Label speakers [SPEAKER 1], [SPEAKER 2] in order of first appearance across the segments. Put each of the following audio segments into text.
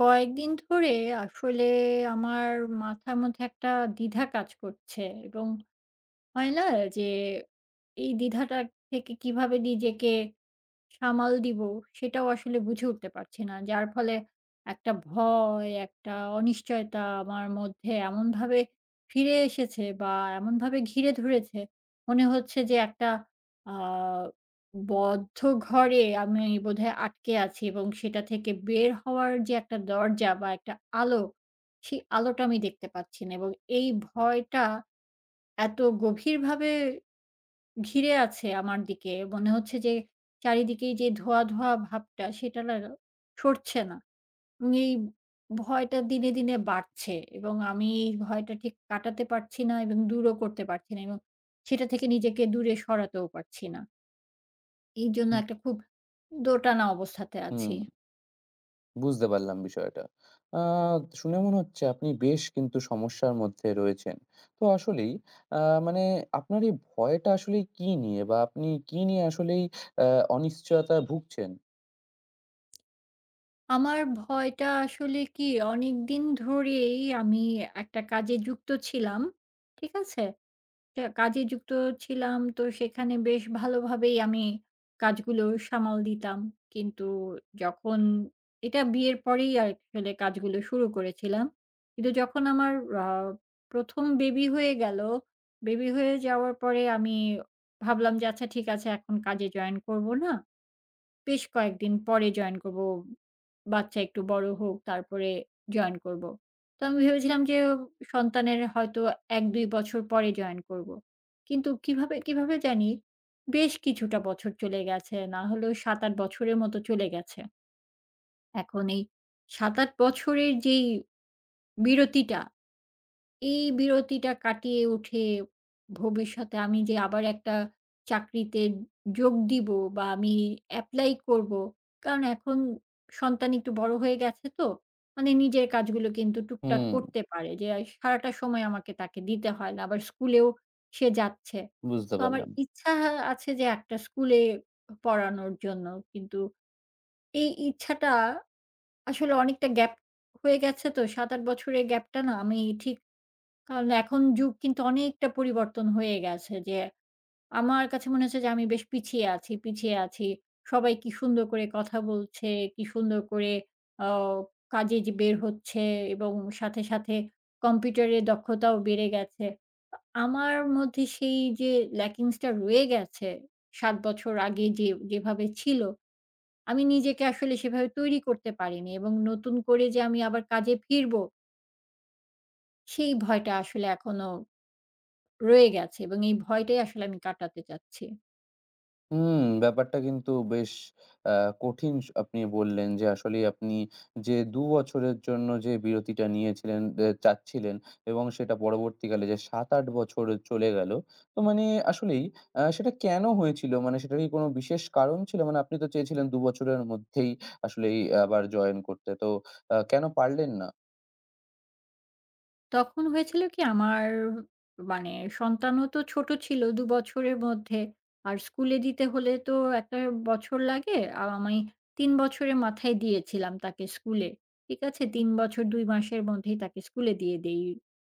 [SPEAKER 1] কয়েকদিন ধরে আসলে আমার মাথার মধ্যে একটা দ্বিধা কাজ করছে, এবং হয় না যে এই দ্বিধাটা থেকে কিভাবে নিজেকে সামাল দিব, সেটাও আসলে বুঝে উঠতে পারছি না। যার ফলে একটা ভয়, একটা অনিশ্চয়তা আমার মধ্যে এমনভাবে ফিরে এসেছে বা এমনভাবে ঘিরে ধরেছে, মনে হচ্ছে যে একটা আ বদ্ধ ঘরে আমি বোধহয় আটকে আছি, এবং সেটা থেকে বের হওয়ার যে একটা দরজা বা একটা আলো, সেই আলোটা আমি দেখতে পাচ্ছি না। এবং এই ভয়টা এত গভীরভাবে ঘিরে আছে আমার দিকে। মনে হচ্ছে যে চারিদিকেই যে ধোঁয়া, ধোঁয়া ভাবটা সেটা না সরছে না। এবং এই ভয়টা দিনে, দিনে বাড়ছে, এবং আমি এই ভয়টা ঠিক কাটাতে পারছি না, এবং দূরও করতে পারছি না, এবং সেটা থেকে নিজেকে দূরে সরাতেও পারছি না। এই জন্য
[SPEAKER 2] হুম,
[SPEAKER 1] একটা খুব দোটানা অবস্থাতে আছি।
[SPEAKER 2] হুম, বুঝতে পারলাম বিষয়টা। আ শুনে মনে হচ্ছে আপনি বেশ কিন্তু সমস্যার মধ্যে রয়েছেন। তো আসলেই আ মানে আপনার এই ভয়টা আসলেই কী নিয়ে? বা আপনি কী নিয়ে আসলেই আ অনিশ্চয়তায় ভুগছেন?
[SPEAKER 1] আমার ভয়টা আসলে কি, অনেকদিন ধরেই আমি একটা কাজে যুক্ত ছিলাম। ঠিক আছে? একটা কাজে যুক্ত ছিলাম। তো সেখানে বেশ ভালোভাবেই আমি কাজগুলো সামাল দিতাম। কিন্তু যখন এটা বিয়ের পরেই আসলে কাজগুলো শুরু করেছিলাম। কিন্তু যখন আমার আ ১ম বেবি হয়ে গেল, বেবি হয়ে যাওয়ার পরে আমি ভাবলাম যে আচ্ছা ঠিক আছে, এখন কাজে জয়েন করব না। বেশ কয়েকদিন পরে জয়েন করব। বাচ্চা একটু বড় হোক তারপরে জয়েন করব। তো আমি ভেবেছিলাম যে সন্তানের হয়তো ১-২ বছর পরে জয়েন করব। কিন্তু কিভাবে, কিভাবে জানি বেশ কিছুটা বছর চলে গেছে। না হলেও ৭-৮ বছরের মতো চলে গেছে। এখন এই ৭-৮ বছরের যেই বিরতিটা, এই বিরতিটা কাটিয়ে উঠে ভবিষ্যতে আমি যে আবার একটা চাকরিতে যোগ দিব, বা আমি এপ্লাই করব। কারণ এখন সন্তান একটু বড় হয়ে গেছে তো। মানে নিজের কাজগুলো কিন্তু টুকটাক
[SPEAKER 2] হুম,
[SPEAKER 1] করতে পারে। যে আর সারাটা সময় আমাকে তাকে দিতে হয় না। আবার স্কুলেও সে যাচ্ছে।
[SPEAKER 2] বুঝতে
[SPEAKER 1] তো আমার
[SPEAKER 2] পারলাম।
[SPEAKER 1] ইচ্ছা আছে যে একটা স্কুলে পড়ানোর জন্য। কিন্তু এই ইচ্ছাটা আসলে অনেকটা গ্যাপ হয়ে গেছে তো, ৭-৮ বছরের গ্যাপটা না আমি ঠিক। কারণ এখন যুগ কিন্তু অনেকটা পরিবর্তন হয়ে গেছে, যে আমার কাছে মনে হচ্ছে যে আমি বেশ পিছিয়ে আছি, পিছিয়ে আছি। সবাই কি সুন্দর করে কথা বলছে, কি সুন্দর করে আ কাজে যে বের হচ্ছে, এবং সাথে, সাথে কম্পিউটারের দক্ষতাও বেড়ে গেছে। আ আমার মধ্যে সেই যে ল্যাকিংস টা রয়ে গেছে, ৭ বছর আগে যে যেভাবে ছিল, আমি নিজেকে আসলে সেভাবে তৈরি করতে পারিনি, এবং নতুন করে যে আমি আবার কাজে ফিরবো, সেই ভয়টা আসলে এখনো রয়ে গেছে, এবং এই ভয়টাই আসলে আমি কাটাতে চাচ্ছি।
[SPEAKER 2] হুম, ব্যাপারটা কিন্তু বেশ আ কঠিন। আপনি বললেন যে আসলেই আপনি যে ২ বছরের জন্য যে বিরতিটা নিয়েছিলেন চাচ্ছিলেন এবং সেটা পরবর্তীকালে যে ৭-৮ বছর চলে গেল। তো মানে আসলেই সেটা কেন হয়েছিল? মানে সেটার কি কোনো বিশেষ কারণ ছিল? মানে আপনি তো চেয়েছিলেন ২ বছরের মধ্যেই আসলেই আবার জয়েন করতে। তো কেন পারলেন না?
[SPEAKER 1] তখন হয়েছিল কি আমার মানে সন্তানও তো ছোট ছিল, ২ বছরের মধ্যে। আর স্কুলে দিতে হলে তো একটা বছর লাগে। আর আমি ৩ বছরের মাথায় দিয়েছিলাম তাকে স্কুলে। ঠিক আছে? ৩ বছর ২ মাসের মধ্যেই তাকে স্কুলে দিয়ে দেই।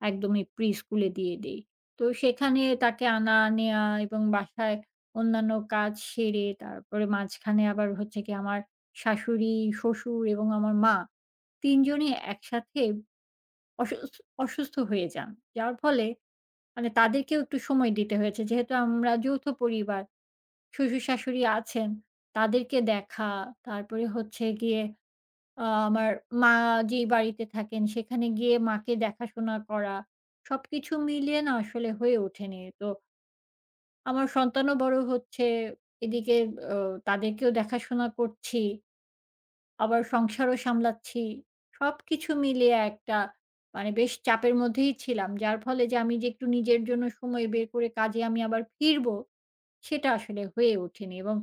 [SPEAKER 1] একদমই প্রি-স্কুলে দিয়ে দেই। তো সেখানে তাকে আনা নেয়া এবং বাসায় অন্যান্য কাজ সেরে তারপরে মাঝখানে আবার হচ্ছে গিয়ে আমার শাশুড়ি, শ্বশুর এবং আমার মা ৩ জনই একসাথে অসুস অসুস্থ হয়ে যান। যার ফলে মানে তাদেরকেও একটু সময় দিতে হয়েছে। যেহেতু আমরা যৌথ পরিবার, শ্বশুর-শাশুড়ি আছেন, তাদেরকে দেখা, তারপরে হচ্ছে গিয়ে আমার মা যেই বাড়িতে থাকেন সেখানে গিয়ে মাকে দেখাশোনা করা। সবকিছু মিলিয়ে না আসলে হয়ে ওঠেনি। তো আমার সন্তানও বড় হচ্ছে, এদিকে অ তাদেরকেও দেখাশোনা করছি। আবার সংসারও সামলাচ্ছি। সবকিছু মিলিয়ে একটা মানে বেশ চাপের মধ্যেই ছিলাম। যার ফলে যে আমি যে একটু নিজের জন্য সময় বের করে কাজে আমি আবার ফিরবো, সেটা আসলে হয়ে ওঠেনি। এবং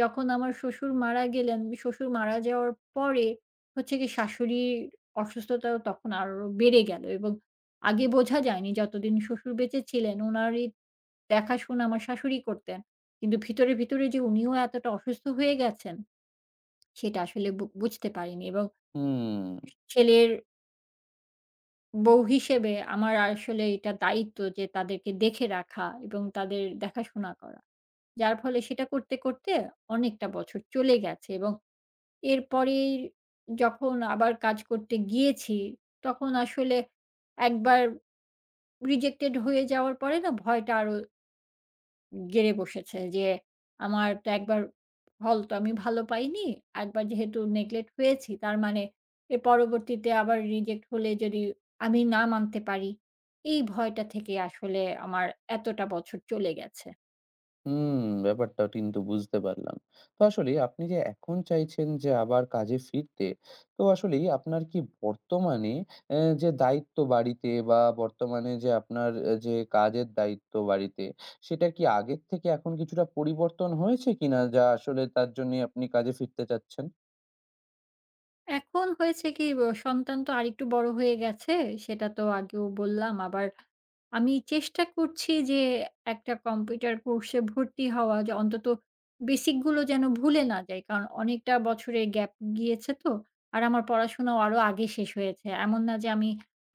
[SPEAKER 1] যখন আমার শ্বশুর মারা গেলেন, শ্বশুর মারা যাওয়ার পরে হচ্ছে গিয়ে শাশুড়ির অসুস্থতাও তখন আরো বেড়ে গেল, এবং আগে বোঝা যায়নি যতদিন শ্বশুর বেঁচে ছিলেন, উনারই দেখাশোনা আমার শাশুড়ি করতেন। কিন্তু ভিতরে, ভিতরে যে উনিও এতটা অসুস্থ হয়ে গেছেন, সেটা আসলে বুঝতে পারিনি। এবং
[SPEAKER 2] হুম।
[SPEAKER 1] ছেলের বউ হিসেবে আমার আসলে এটা দায়িত্ব যে তাদেরকে দেখে রাখা এবং তাদের দেখাশোনা করা। যার ফলে সেটা করতে, করতে অনেকটা বছর চলে গেছে। এবং এরপরে যখন আবার কাজ করতে গিয়েছি, তখন আসলে একবার রিজেক্টেড হয়ে যাওয়ার পরে না ভয়টা আরো গেড়ে বসেছে যে আমার তো একবার ফল তো আমি ভালো পাইনি। একবার যেহেতু নেগলেক্ট হয়েছি, তার মানে এর পরবর্তীতে আবার রিজেক্ট হলে যদি আমি না মানতে পারি, এই ভয়টা থেকে আসলে আমার এতটা বছর চলে গেছে।
[SPEAKER 2] হুম, ব্যাপারটা কিন্তু বুঝতে পারলাম। তো আসলেই আপনি যে এখন চাইছেন যে আবার কাজে ফিরতে, তো আসলেই আপনার কি বর্তমানে যে দায়িত্ব বাড়িতে বা বর্তমানে যে আপনার যে কাজের দায়িত্ব বাড়িতে, সেটা কি আগের থেকে এখন কিছুটা পরিবর্তন হয়েছে কিনা? যা আসলে তার জন্যে আপনি কাজে ফিরতে চাচ্ছেন?
[SPEAKER 1] এখন হয়েছে কি, সন্তান তো আরেকটু বড় হয়ে গেছে, সেটা তো আগেও বললাম। আবার আমি চেষ্টা করছি যে একটা কম্পিউটার কোর্সে ভর্তি হওয়া, যে অন্তত বেসিক গুলো যেন ভুলে না যাই। কারণ অনেকটা বছরের গ্যাপ গিয়েছে তো। আর আমার পড়াশোনাও আরো আগে শেষ হয়েছে। এমন না যে আমি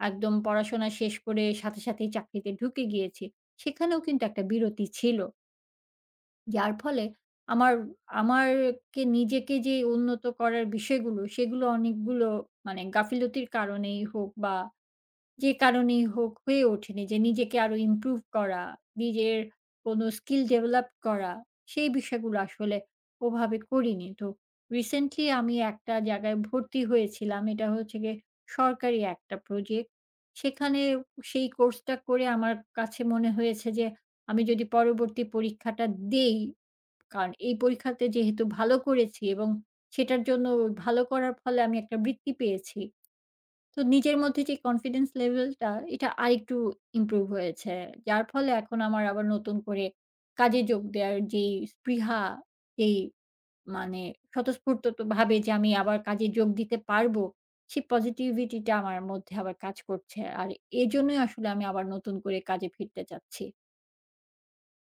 [SPEAKER 1] একদম পড়াশোনা শেষ করে সাথে, সাথেই চাকরিতে ঢুকে গিয়েছি। সেখানেও কিন্তু একটা বিরতি ছিল। যার ফলে আমার আমারকে নিজেকে যে উন্নত করার বিষয়গুলো, সেগুলো অনেকগুলো মানে গাফিলতির কারণেই হোক বা যে কারণেই হোক হয়ে ওঠেনি যে নিজেকে আরো ইমপ্রুভ করা, নিজের কোনো স্কিল ডেভেলপ করা, সেই বিষয়গুলো আসলে ওভাবে করিনি। তো রিসেন্টলি আমি একটা জায়গায় ভর্তি হয়েছিলাম। এটা হচ্ছে গিয়ে সরকারি একটা প্রজেক্ট। সেখানে সেই কোর্সটা করে আমার কাছে মনে হয়েছে যে আমি যদি পরবর্তী পরীক্ষাটা দেই, কারণ এই পরীক্ষাতে যেহেতু ভালো করেছি, এবং সেটার জন্য ভালো করার ফলে আমি একটা বৃত্তি পেয়েছি। তো নিজের মধ্যে যে কনফিডেন্স লেভেলটা এটা আরেকটু ইমপ্রুভ হয়েছে। যার ফলে এখন আমার আবার নতুন করে কাজে যোগ দেওয়ার যেই স্পৃহা, যেই মানে স্বতঃস্ফূর্ত তো ভাবে যে আমি আবার কাজে যোগ দিতে পারবো, সেই পজিটিভিটিটা আমার মধ্যে আবার কাজ করছে। আর এজন্যই আসলে আমি আবার নতুন করে কাজে ফিরতে চাচ্ছি।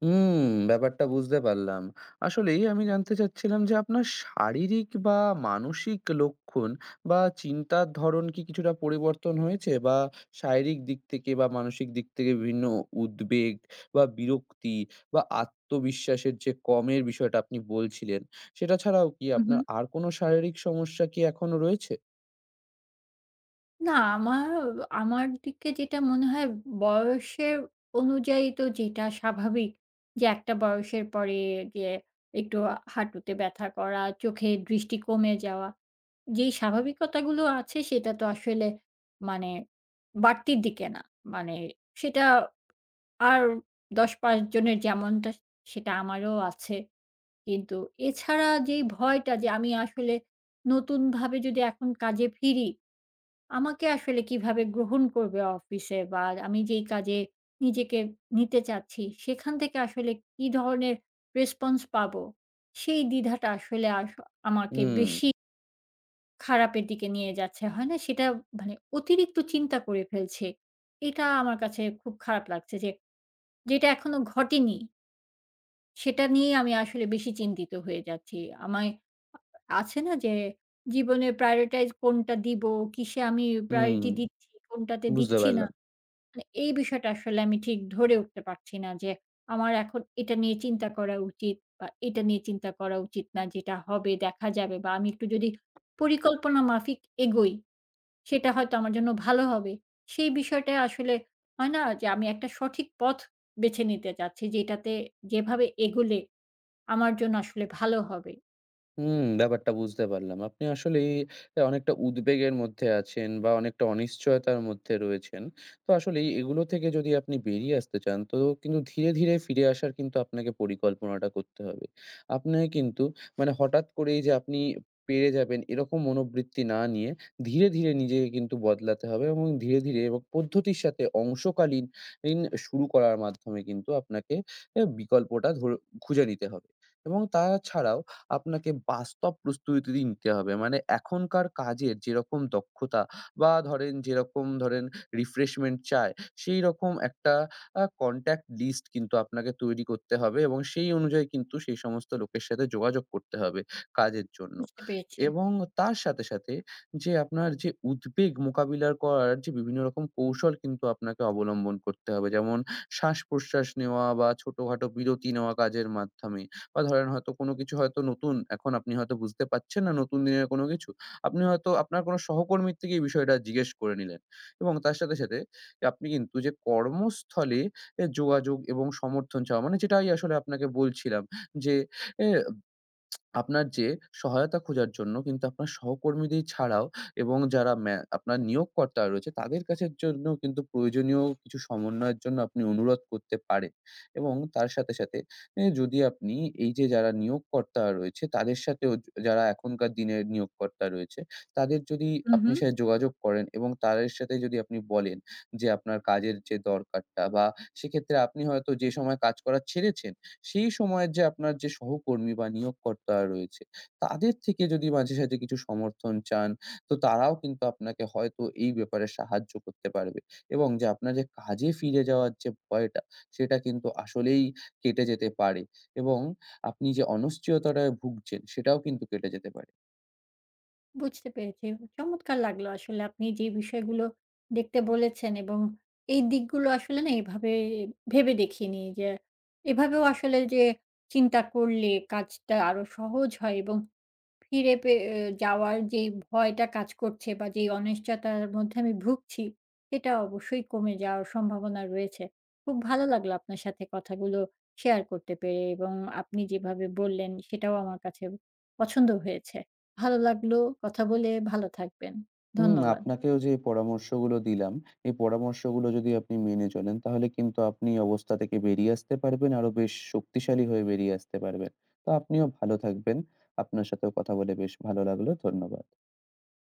[SPEAKER 2] হুম, ব্যাপারটা বুঝতে পারলাম। আসলেই আমি জানতে চাচ্ছিলাম যে আপনার শারীরিক বা মানসিক লক্ষণ বা চিন্তার ধরন কি কিছুটা পরিবর্তন হয়েছে? বা শারীরিক দিক থেকে বা মানসিক দিক থেকে বিভিন্ন উদ্বেগ বা বিরক্তি বা আত্মবিশ্বাসের যে কমের বিষয়টা আপনি বলছিলেন, সেটা ছাড়াও কি
[SPEAKER 1] হু, হু।
[SPEAKER 2] আপনার আর কোনো শারীরিক সমস্যা কি এখনো রয়েছে?
[SPEAKER 1] না, আমার আমার দিকে যেটা মনে হয় বয়সের অনুযায়ী তো যেটা স্বাভাবিক, যে একটা বয়সের পরে যে একটু হাঁটুতে ব্যথা করা, চোখে দৃষ্টি কমে যাওয়া, যেই স্বাভাবিকতাগুলো আছে সেটা তো আসলে মানে বাড়তির দিকে না। মানে সেটা আর ১০-৫ জনের যেমনটা সেটা আমারও আছে। কিন্তু এছাড়া যেই ভয়টা যে আমি আসলে নতুনভাবে যদি এখন কাজে ফিরি, আমাকে আসলে কিভাবে গ্রহণ করবে অফিসে, বা আমি যেই কাজে নিজেকে নিতে চাচ্ছি সেখান থেকে আসলে কি ধরনের রেসপন্স পাবো, সেই দ্বিধাটা আসলে আমাকে
[SPEAKER 2] হুম,
[SPEAKER 1] বেশি খারাপের দিকে নিয়ে যাচ্ছে, হয় না সেটা, মানে অতিরিক্ত চিন্তা করে ফেলছে। এটা আমার কাছে খুব খারাপ লাগছে যে যেটা এখনো ঘটেনি সেটা নিয়ে আমি আসলে বেশি চিন্তিত হয়ে যাচ্ছি। আমায় আছে না যে জীবনে প্রায়োরিটাইজ কোনটা দিব, কিসে আমি
[SPEAKER 2] হুম,
[SPEAKER 1] প্রায়োরিটি দিচ্ছি, কোনটাতে
[SPEAKER 2] বুঝতে
[SPEAKER 1] দিচ্ছি না,
[SPEAKER 2] পারলাম।
[SPEAKER 1] মানে এই বিষয়টা আসলে আমি ঠিক ধরে উঠতে পারছি না যে, আমার এখন এটা নিয়ে চিন্তা করা উচিত বা এটা নিয়ে চিন্তা করা উচিত না। যেটা হবে দেখা যাবে, বা আমি একটু যদি পরিকল্পনা মাফিক এগোই, সেটা হয়তো আমার জন্য ভালো হবে। সেই বিষয়টা আসলে হয় না যে, আমি একটা সঠিক পথ বেছে নিতে চাচ্ছি, যেটাতে যেভাবে এগোলে আমার জন্য আসলে ভালো হবে।
[SPEAKER 2] হুম, ব্যাপারটা বুঝতে পারলাম। আপনি আসলেই অনেকটা উদ্বেগের মধ্যে আছেন বা অনেকটা অনিশ্চয়তার মধ্যে রয়েছেন। তো আসলেই এগুলো থেকে যদি আপনি বেরিয়ে আসতে চান, তো কিন্তু ধীরে, ধীরে ফিরে আসার কিন্তু আপনাকে পরিকল্পনাটা করতে হবে। আপনাকে কিন্তু মানে হঠাৎ করেই যে আপনি পেরে যাবেন এরকম মনোবৃত্তি না নিয়ে ধীরে, ধীরে নিজেকে কিন্তু বদলাতে হবে এবং ধীরে, ধীরে এবং পদ্ধতির সাথে অংশকালীন ইন শুরু করার মাধ্যমে কিন্তু আপনাকে বিকল্পটা খুঁজে নিতে হবে এবং তাছাড়াও আপনাকে বাস্তব প্রস্তুতি নিতে হবে। মানে এখনকার কাজের যেরকম দক্ষতা বা ধরেন যেরকম ধরেন রিফ্রেশমেন্ট চায়, সেইরকম একটা কনট্যাক্ট লিস্ট কিন্তু আপনাকে তৈরি করতে হবে এবং সেই অনুযায়ী কিন্তু সেই সমস্ত লোকের সাথে যোগাযোগ করতে হবে কাজের জন্য।
[SPEAKER 1] বুঝতে পেরেছি।
[SPEAKER 2] এবং তার সাথে, সাথে যে আপনার যে উদ্বেগ মোকাবিলার করার যে বিভিন্ন রকম কৌশল কিন্তু আপনাকে অবলম্বন করতে হবে। যেমন শ্বাস-প্রশ্বাস নেওয়া বা ছোটখাটো বিরতি নেওয়া কাজের মাধ্যমে। বা ধরেন হয়তো কোনো কিছু হয়তো নতুন এখন আপনি হয়তো বুঝতে পারছেন না নতুন দিনের কোনো কিছু। আপনি হয়তো আপনার কোনো সহকর্মীর থেকে এই বিষয়টা জিজ্ঞেস করে নিলেন এবং তার সাথে, সাথে আপনি কিন্তু যে কর্মস্থলে যোগাযোগ এবং সমর্থন চাওয়া মানে যেটাই আসলে আপনাকে বলছিলাম যে এ আপনার যে সহায়তা খোঁজার জন্য কিন্তু আপনার সহকর্মীদের ছাড়াও এবং যারা আপনার নিয়োগকর্তা রয়েছে তাদের কাছের জন্য কিন্তু প্রয়োজনীয় কিছু সমন্বয়ের জন্য আপনি অনুরোধ করতে পারেন এবং তার সাথে, সাথে যদি আপনি এই যে যারা নিয়োগকর্তা রয়েছে তাদের সাথেও যারা এখনকার দিনের নিয়োগকর্তা রয়েছে, তাদের যদি
[SPEAKER 1] হু, হু।
[SPEAKER 2] আপনি সাথে যোগাযোগ করেন এবং তাদের সাথে যদি আপনি বলেন যে আপনার কাজের যে দরকারটা বা সেক্ষেত্রে আপনি হয়তো যে সময় কাজ করা ছেড়েছেন সেই সময়ের যে আপনার যে সহকর্মী বা নিয়োগকর্তারা রয়েছে, তাদের থেকে যদি মাঝে সাঝে কিছু সমর্থন চান, তো তারাও কিন্তু আপনাকে হয়তো এই ব্যাপারে সাহায্য করতে পারবে এবং যে আপনার যে কাজে ফিরে যাওয়ার যে ভয়টা, সেটা কিন্তু আসলেই কেটে যেতে পারে এবং আপনি যে অনিশ্চয়তাটায় ভুগছেন, সেটাও কিন্তু কেটে যেতে পারে।
[SPEAKER 1] বুঝতে পেরেছি। চমৎকার লাগলো আসলে, আপনি যে বিষয়গুলো দেখতে বলেছেন, এবং এই দিকগুলো আসলে না এভাবে ভেবে দেখিনি যে এভাবেও আসলে যে চিন্তা করলে কাজটা আরো সহজ হয়, এবং ফিরে পে এ যাওয়ার যেই ভয়টা কাজ করছে বা যেই অনিশ্চয়তার মধ্যে আমি ভুগছি, সেটা অবশ্যই কমে যাওয়ার সম্ভাবনা রয়েছে। খুব ভালো লাগলো আপনার সাথে কথাগুলো শেয়ার করতে পেরে, এবং আপনি যেভাবে বললেন সেটাও আমার কাছে পছন্দ হয়েছে। ভালো লাগলো কথা বলে, ভালো থাকবেন।
[SPEAKER 2] হুম,
[SPEAKER 1] ধন্যবাদ।
[SPEAKER 2] আপনাকেও যে পরামর্শগুলো দিলাম, এই পরামর্শগুলো যদি আপনি মেনে চলেন, তাহলে কিন্তু আপনি এই অবস্থা থেকে বেরিয়ে আসতে পারবেন, আরো বেশ শক্তিশালী হয়ে বেরিয়ে আসতে পারবেন। তো আপনিও ভালো থাকবেন। আপনার সাথেও কথা বলে বেশ ভালো লাগলো। ধন্যবাদ।